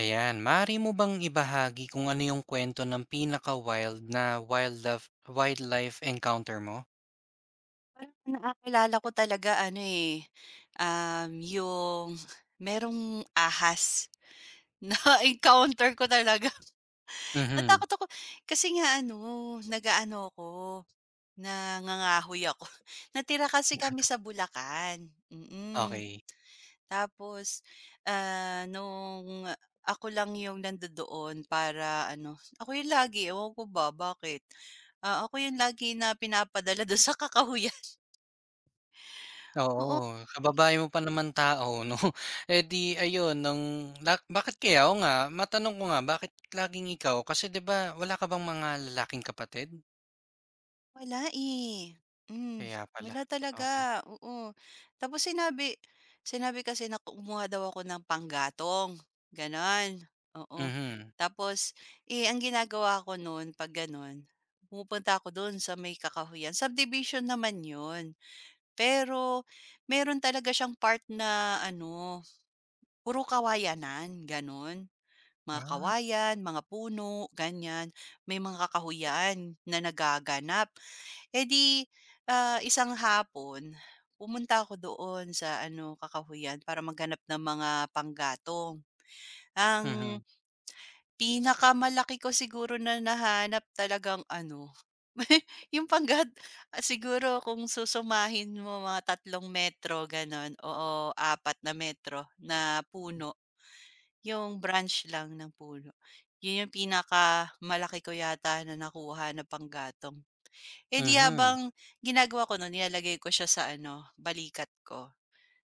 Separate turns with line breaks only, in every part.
Ayan, maaari mo bang ibahagi kung ano yung kwento ng pinaka-wild na wildlife wildlife encounter mo?
Parang nakakilala ko talaga ano, eh, yung merong ahas na-encounter ko talaga.
Mhm.
Natakot ako kasi nga ano, aano ako, nangangahoy ako. Natira kasi kami sa Bulacan.
Okey.
Tapos, nung ako lang yung nandodoon para ano, ako yung lagi, ewan ko ba bakit, ako yung lagi na pinapadala dun sa kakahuyan.
Oo, kababae mo pa naman tao 'no, eh, di ayun nung bakit kaya, oo nga, matanong ko nga bakit laging ikaw? Kasi 'di ba wala ka bang mga lalaking kapatid?
Wala, eh. Hmm,
Kaya pala,
Wala
okey.
talaga, oo. Tapos sinabi sinabi kasi na kumuha daw ako ng panggatong, gano'n, oo.
Mhm.
Tapos, eh, ang ginagawa ko no'n 'pag gano'n, pumupunta ako do'n sa may kakahuyan, subdivision naman 'yun. Pero meron talaga siyang part na ano, puro kawayanan, gano'n. Mga
ah,
kawayan, mga puno, ganyan. May mga kakahuyan na nagaganap. Eh, di, isang hapon pumunta ako doon sa ano, kakahuyan, para maghanap ng mga panggatong. Ang
mhm.
pinakamalaki ko siguro na nahanap talagang ano, yung panggat siguro kung susumahin mo, mga 3 metro gano'n, oo, 4 metro na puno, yung branch lang ng puno. Yun yung pinakamalaki ko yata na nakuha na panggatong. Eh, di
Mhm.
habang ginagawa ko nun, nilalagay ko siya sa ano, balikat ko.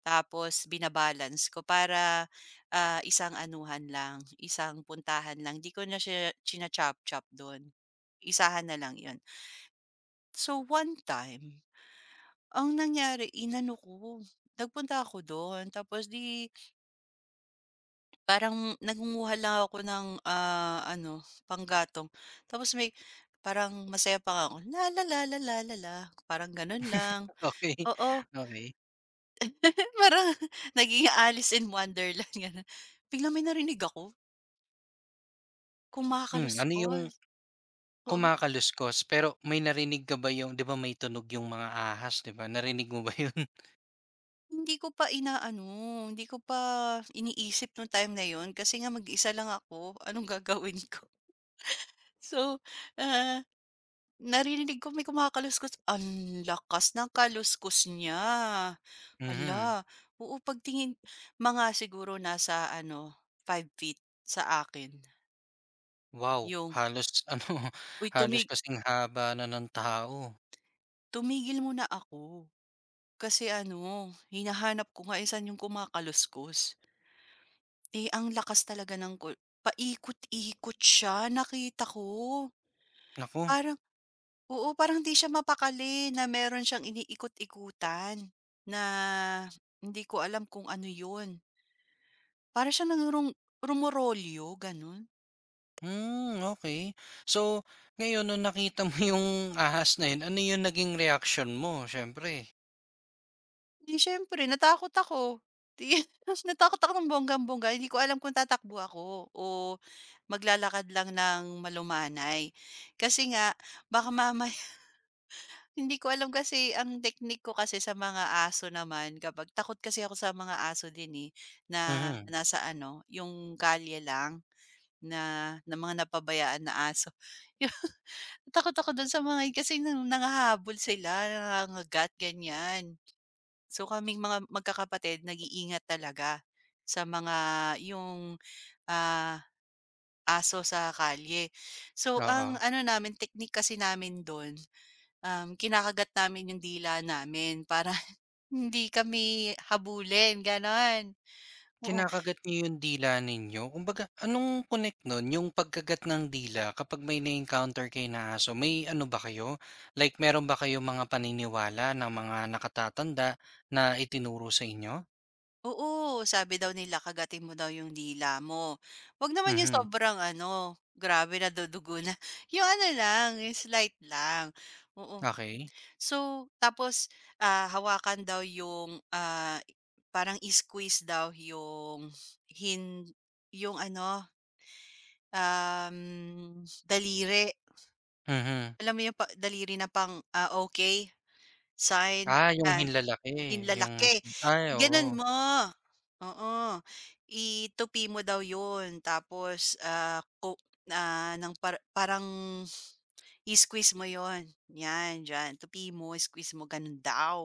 Tapos binabalance ko para, isang anuhan lang, isang puntahan lang. Di ko na siya china-chop-chop dun. Isahan na lang yon. So, one time, ang nangyari, inano ko, nagpunta ako doon, tapos di, parang nangunguha lang ako ng, ano, panggatong. Tapos may parang masaya pa nga ako, la la la la la la la, parang ganun lang.
Okay.
Oo.
Okay.
Parang naging Alice in Wonderland gano'n. Biglang may narinig ako,
Hmm, ano yung
kumakaluskos, oo.
kumakaluskos? Pero may narinig ka ba yung 'di ba may tunog yung mga ahas 'di ba, narinig mo ba yun?
Hindi ko pa inaano, hindi ko pa iniisip nung time na yon, kasi nga mag-isa lang ako, anong gagawin ko? So, ah, narinig ko may kumakaluskos, ang lakas ng kaluskus niya.
Mhm.
Hala, oo, pagtingin, mga siguro nasa ano, 5 feet sa akin
Wow,
yung,
halos ano,
"Uy,
halos kasing haba na ng tao,
tumigil muna ako." Kasi ano, hinahanap ko nga, eh, yung kumakaluskos. Eh, ang lakas talaga ng paikot-ikot siya, nakita ko.
naku.
Parang, oo, parang hindi siya mapakali, na meron siyang iniikot-ikutan na hindi ko alam kung ano yun. Para siya nang rumorolyo, gano'n.
Hmm. Okay. So, ngayon nung nakita mo yung ahas na yun, ano yung naging reaction mo siyempre?
Di siyempre natakot ako. Di natakot ako ng bonggang-bongga, hindi ko alam kung tatakbo ako o maglalakad lang ng malumanay. Kasi nga baka mamaya, hindi ko alam, kasi ang technique ko kasi sa mga aso naman, kapag takot kasi ako sa mga aso din, eh, na
Mhm,
nasa ano, yung kalye lang na na mga napabayaan na aso. Yun, takot ako dun sa mga kasi nang nanghahabol sila, nangangagat, ganyan. So, kaming mga magkakapatid nag-iingat talaga sa mga yung, ah, aso sa kalye. So, ang
oo.
ano namin, teknik kasi namin dun, kinakagat namin yung dila namin para hindi kami habulin, gano'n. Oo,
Kinakagat niyo yung dila ninyo? Kumbaga, anong connect nun, yung pagkagat ng dila kapag may na-encounter kayo na aso, may ano ba kayo? Like meron ba kayo mga paniniwala ng mga nakatatanda na itinuro sa inyo?
oo, sabi daw nila kagatin mo daw yung dila mo. 'Wag naman yung
Mhm,
sobrang ano, grabe, nadudugo na, yung ano lang, yung slight lang, oo.
okey.
So, tapos, hawakan daw yung, parang i-squeeze daw yung hin yung ano, um, daliri.
Mhm.
Alam mo yung daliri na pang, okey? Sign,
Ah, yung
yan,
hinlalaki, yung
"Hinlalaki",
ay,
gano'n
oo.
mo, oo. Itupi mo daw 'yun, tapos, ah, ku ah, ng par parang i-squeeze mo yon, 'yan diyan, tupi mo, squeeze mo, gano'n daw,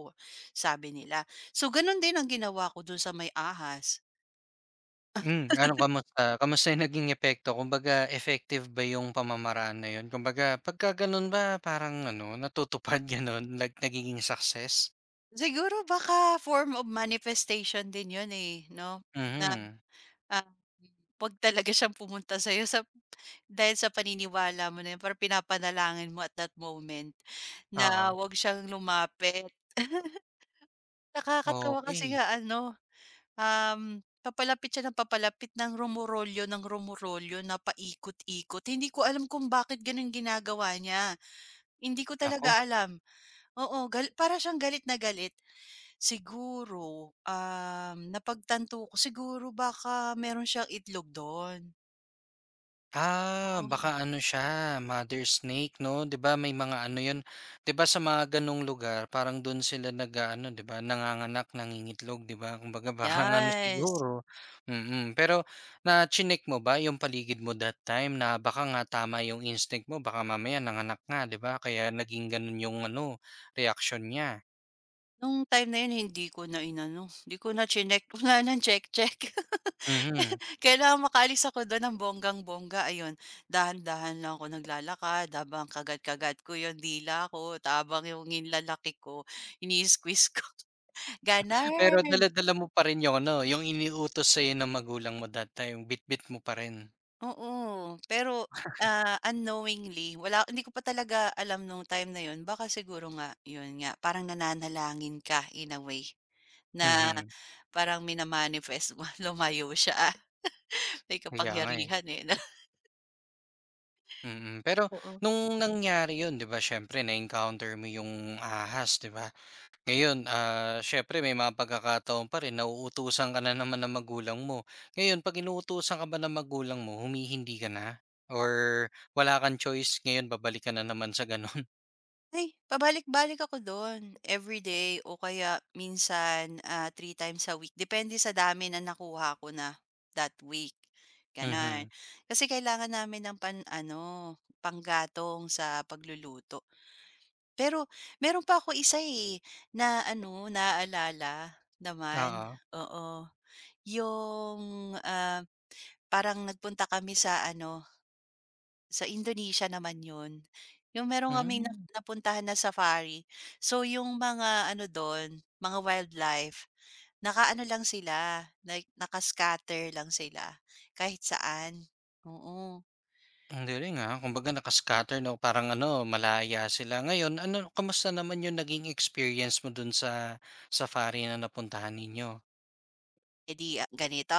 sabi nila. So, gano'n din ang ginawa ko do'n sa may ahas.
Hmm, ano kamusta? Kamusta yung naging epekto? Kumbaga, effective ba yung pamamaraan na yun? Kumbaga, pagka ganun ba parang ano, natutupad, ganun? Like nagiging success?
Siguro baka form of manifestation din 'yun, eh, 'no, na,
Mhm.
ah, 'pag talaga siyang pumunta sa'yo, sa dahil sa paniniwala mo na yun, parang pinapanalangin mo at that moment na
Oo,
huwag siyang lumapit. Nakakatawa kasi nga
okay.
ano, papalapit siya ng papalapit, ng rumorolyo na paikot-ikot. Hindi ko alam kung bakit gano'n ginagawa niya. Hindi ko talaga
Nako.
alam. Oo, para siyang galit na galit. Siguro, napagtanto ko, siguro baka meron siyang itlog dun.
Ah, baka
Oo,
ano siya, mother snake 'no? 'Di ba may mga ano 'yun, 'di ba sa mga gano'ng lugar parang do'n sila nag ano 'di ba, nanganganak, nangingitlog 'di ba, kumbaga parang ano
yes.
siguro. Pero na-chineck mo ba 'yung paligid mo that time na baka nga tama 'yung instinct mo, baka mamaya nanganak nga 'di ba, kaya naging gano'n 'yung ano, reaction niya?
Nung time na yun hindi ko na inano, hindi ko na chineck, wala ng check-check.
Mhm.
Kailangan makaalis ako dun ng bonggang-bongga, ayun, dahan-dahan lang ako naglalakad habang kagat-kagat ko yung dila ko, habang yung nilalaki ko ini-squeeze ko,
Pero
gano'n.
dala-dala mo pa rin 'yung ano, 'yung iniutos sa'yo ng magulang mo that time, bitbit mo pa rin?
Oo, pero, unknowingly, wala, hindi ko pa talaga alam nung time na yun, baka siguro nga yun nga, parang nananalangin ka in a way na
Mhm,
parang mina-manifest mo lumayo siya. May
kaya nga, eh.
kapangyarihan, eh, na,
Pero
oo.
nung nangyari yun 'di ba siyempre na-encounter mo yung ahas 'di ba? Ngayon, siyempre may mga pagkakataon pa rin na uutusan ka na naman ng magulang mo. Ngayon 'pag inuutusan ka ba ng magulang mo humihindi ka na? Or wala kang choice ngayon babalik ka na naman sa gano'n?
Ay, pabalik-balik ako do'n, day o kaya minsan, 3 times a week, depende sa dami na nakuha ko na that week, gano'n.
Mhm,
Kasi kailangan namin ng pan ano, panggatong sa pagluluto. Pero meron pa ako isa, eh, na ano, naalala naman,
oo.
oo. Yung, parang nagpunta kami sa ano, sa Indonesia naman 'yun. Yung meron kami na
Hmm.
napuntahan na safari. So yung mga ano dun, mga wildlife, nakaano lang sila, like naka-scatter lang sila kahit saan. Oo.
Ang galing, ah. Kumbaga naka-scatter 'no, parang ano, malaya sila. Ngayon, ano kamusta naman yung naging experience mo dun sa safari na napuntahan ninyo?
Eh, di, ganito,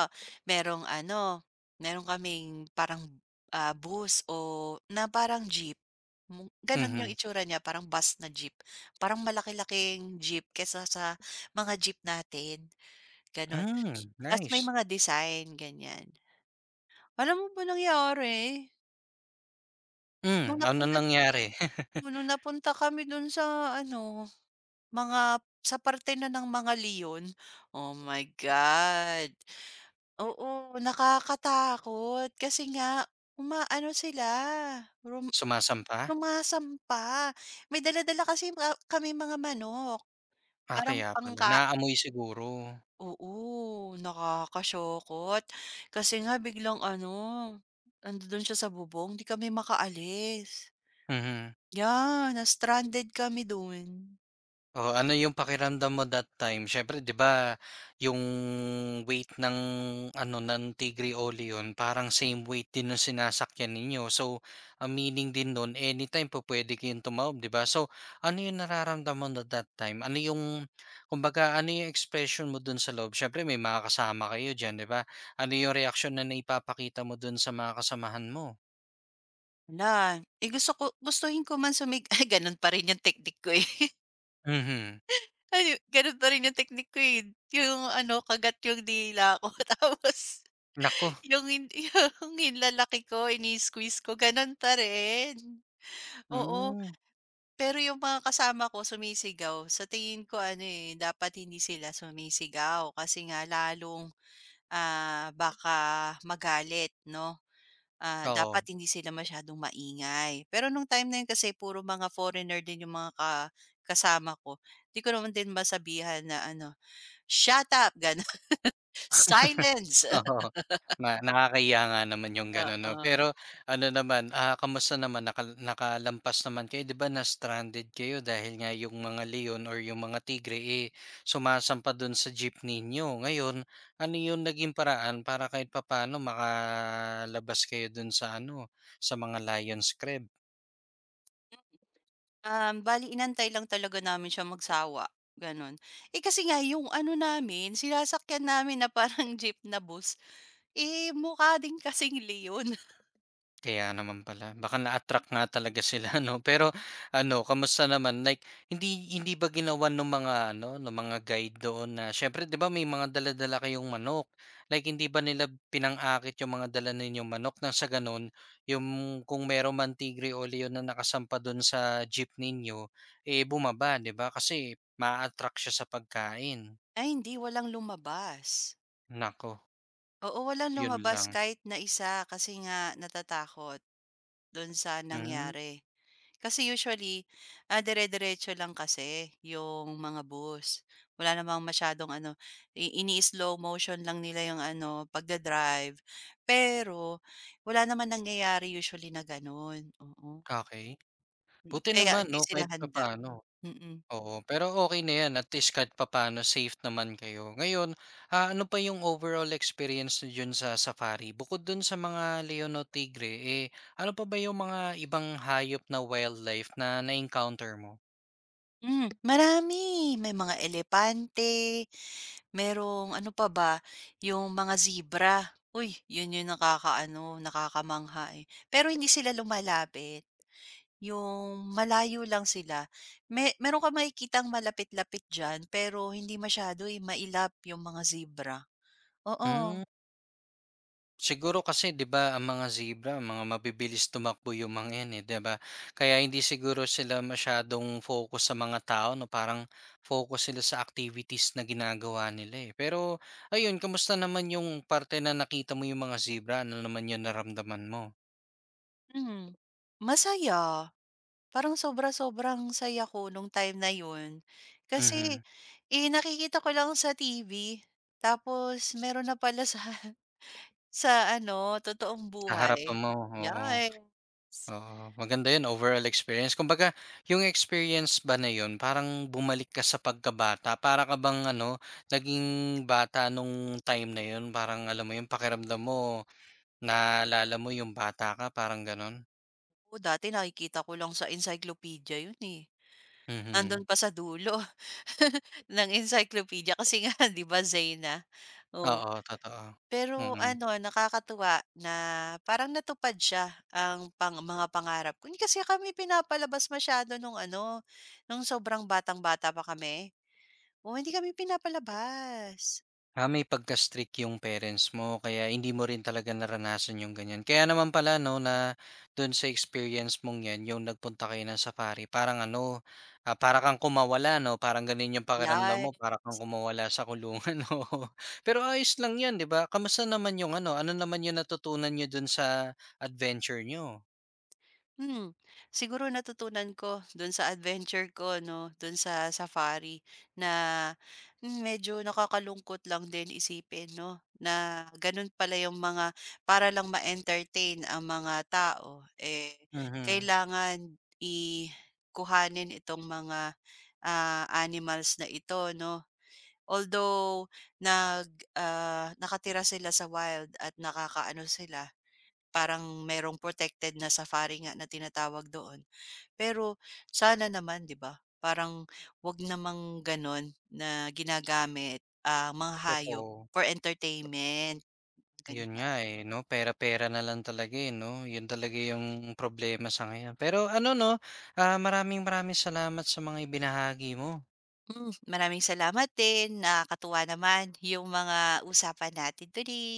merong ano, meron kaming parang, bus o na parang jeep, mu ganun yung
Mhm.
itsura niya, parang bus na jeep. Parang malaki-laking jeep kesa sa mga jeep natin, ganon.
Hmm,
Tas may
nice.
mga design, ganyan. Alam mo ba nangyari, nung
Hmm, ano
napunta,
nangyari?
nung napunta kami dun sa ano, mga sa parte na ng mga leon, oh my God. Oo, nakakatakot kasi nga umaano sila, rum
Sumasampa?
sumasampa. May dala-dala kasi mga kaming mga manok,
Ah,
parang
kaya pala.
pangka
Naamoy siguro.
oo, nakakasyokot. Kasi nga biglang ano, nando'n siya sa bubong, 'di kami makaalis.
Mhm.
'Yan, na-stranded kami do'n.
Oh, ano yung pakiramdam mo that time? Siyempre 'di ba yung weight ng ano, ng Tigre o Leon parang same weight din ng sinasakyan ninyo. So, ang meaning din nun anytime po pwede kayong tumawid 'di ba? So, ano yung nararamdaman mo that time? Ano yung kumbaga ano yung expression mo dun sa loob? Siyempre may mga kasama kayo diyan 'di ba? Ano yung reaction na naipapakita mo dun sa mga kasamahan mo?
Wala, eh, gusto ko, gustuhin ko man ay gano'n pa rin 'yung technique ko, eh.
Mhm.
Ay, gano'n pa rin 'yung technique ko, eh. 'Yung ano, kagat 'yung dila ko, tapos
Nako.
'yung 'yung hinlalaki ko ini-squeeze ko, gano'n pa rin. Oo.
Hmm,
Pero yung mga kasama ko sumisigaw, sa tingin ko ano, eh, dapat hindi sila sumisigaw, kasi nga lalong, baka magalit, 'no? Ah,
oo.
dapat hindi sila masyadong maingay. Pero nung time na yun kasi puro mga foreigner din yung mga kasama ko, 'di ko naman din masabihan na ano, "Shut up!" Gano'n, "Silence!"
Oo, na nakakahiya nga naman yung gano'n 'no.
Oo.
Pero ano naman, kamusta naman, nakalampas naman kayo 'di ba, na-stranded kayo dahil nga yung mga leon or yung mga tigre, eh, sumasampa dun sa jeep ninyo. Ngayon, ano yung naging paraan para kahit papaano makalabas kayo dun sa ano, sa mga lion's creb?
Bale inantay lang talaga namin siya magsawa, gano'n. Eh, kasi nga yung ano namin, sinasakyan namin na parang jeep na bus, eh, mukha din kasing leon.
Kaya naman pala. Baka na-attract nga talaga sila 'no. Pero ano, kamusta naman? Like hindi hindi ba ginawan nung mga ano, nung mga guide doon na siyempre 'di ba may mga dala-dala kayong manok. Like hindi ba nila pinang-akit yung mga dala ninyong manok nang sa gano'n yung kung meron man tigre o leon na nakasampa do'n sa jeep ninyo, eh, bumaba 'di ba? Kasi maa-attract siya sa pagkain.
Ay hindi, walang lumabas.
Nako.
Oo, walang
'Yun
lumabas
lang.
kahit na isa, kasi nga natatakot do'n sa
Hmm,
nangyari. Kasi usually, dire-diretso lang kasi yung mga bus. Wala namang masyadong ano, ini-slow motion lang nila yung ano, pagda-drive. Pero wala naman nangyayari usually na gano'n, oo.
okey.
Mm,
Buti
kaya
naman
hindi
'no
sila
kahit
handa.
papaano.
Mm-mm. Mm.
Oo, pero okay na 'yan at least kahit papaano safe naman kayo. Ngayon, ano pa yung overall experience niyo diyan sa safari? Bukod dun sa mga leon o tigre, eh, ano pa ba yung mga ibang hayop na wildlife na na-encounter mo?
Marami. May mga elepante, merong ano pa ba, yung mga zebra. Uy, yun yung nakakaano, nakakamangha, eh. Pero hindi sila lumalapit, yung malayo lang sila. May, meron kang makikitang malapit-lapit diyan, pero hindi masyado, eh, mailap yung mga zebra. Oo,
Hmm. Siguro kasi 'di ba ang mga zebra, ang mga mabibilis tumakbo yung mga 'yan, eh, 'di ba? Kaya hindi siguro sila masyadong focus sa mga tao 'no, parang focus sila sa activities na ginagawa nila, eh. Pero ayun, kamusta naman yung parte na nakita mo yung mga zebra, ano naman yung naramdaman mo?
hmm. Masaya, parang sobra-sobrang saya ko nung time na yun. Kasi,
Mhm,
eh, nakikita ko lang sa TV, tapos meron na pala sa sa ano, totoong
sa harapan
buhay?
mo, oo.
Yes.
Oo, maganda 'yun overall experience. Kumbaga, yung experience ba na 'yun parang bumalik ka sa pagkabata, para ka bang ano, naging bata nung time na 'yun, parang alam mo yung pakiramdam mo naalala mo yung bata ka, parang gano'n?
Oo, dati nakikita ko lang sa encyclopedia yun, eh.
Mhm.
Nandun pa sa dulo ng encyclopedia kasi nga 'di ba Zeyna? Oo.
Oo, totoo.
Pero
Mm.
ano, nakakatuwa na parang natupad siya, ang pang mga pangarap ko. Hindi kasi kami pinapalabas masyado nung ano, nung sobrang batang-bata pa kami. Oo, hindi kami pinapalabas.
Ah, may pagka-strict yung parents mo kaya hindi mo rin talaga naranasan yung ganyan. Kaya naman pala 'no na dun sa experience mong 'yan yung nagpunta kayo ng safari parang ano, para kang kumawala 'no, parang ganun yung pakiramdam
Yeah.
mo para kang kumawala sa kulungan, oo. Pero ayos lang 'yan 'di ba? Kamusta naman yung ano, ano naman yung natutunan niyo dun sa adventure niyo?
Hmm, Siguro natutunan ko do'n sa adventure ko, 'no, do'n sa safari na, medyo nakakalungkot lang din isipin, 'no, na gano'n pala yung mga, para lang ma-entertain ang mga tao, eh,
Mhm,
kailangan ikuhanin itong mga, animals na ito, 'no. Although nag nakatira sila sa wild at nakakaano sila. Parang merong protected na safari nga na tinatawag doon. Pero sana naman 'di ba, parang 'wag namang gano'n na ginagamit ang mga hayop
totoo.
for entertainment,
Yun nga,
ganyan.
eh, 'no, pera-pera na lang talaga, eh, 'no? Yun talaga yung problema sa ngayon. Pero ano 'no, maraming maraming salamat sa mga ibinahagi mo.
Maraming salamat din, nakakatuwa naman yung mga usapan natin today.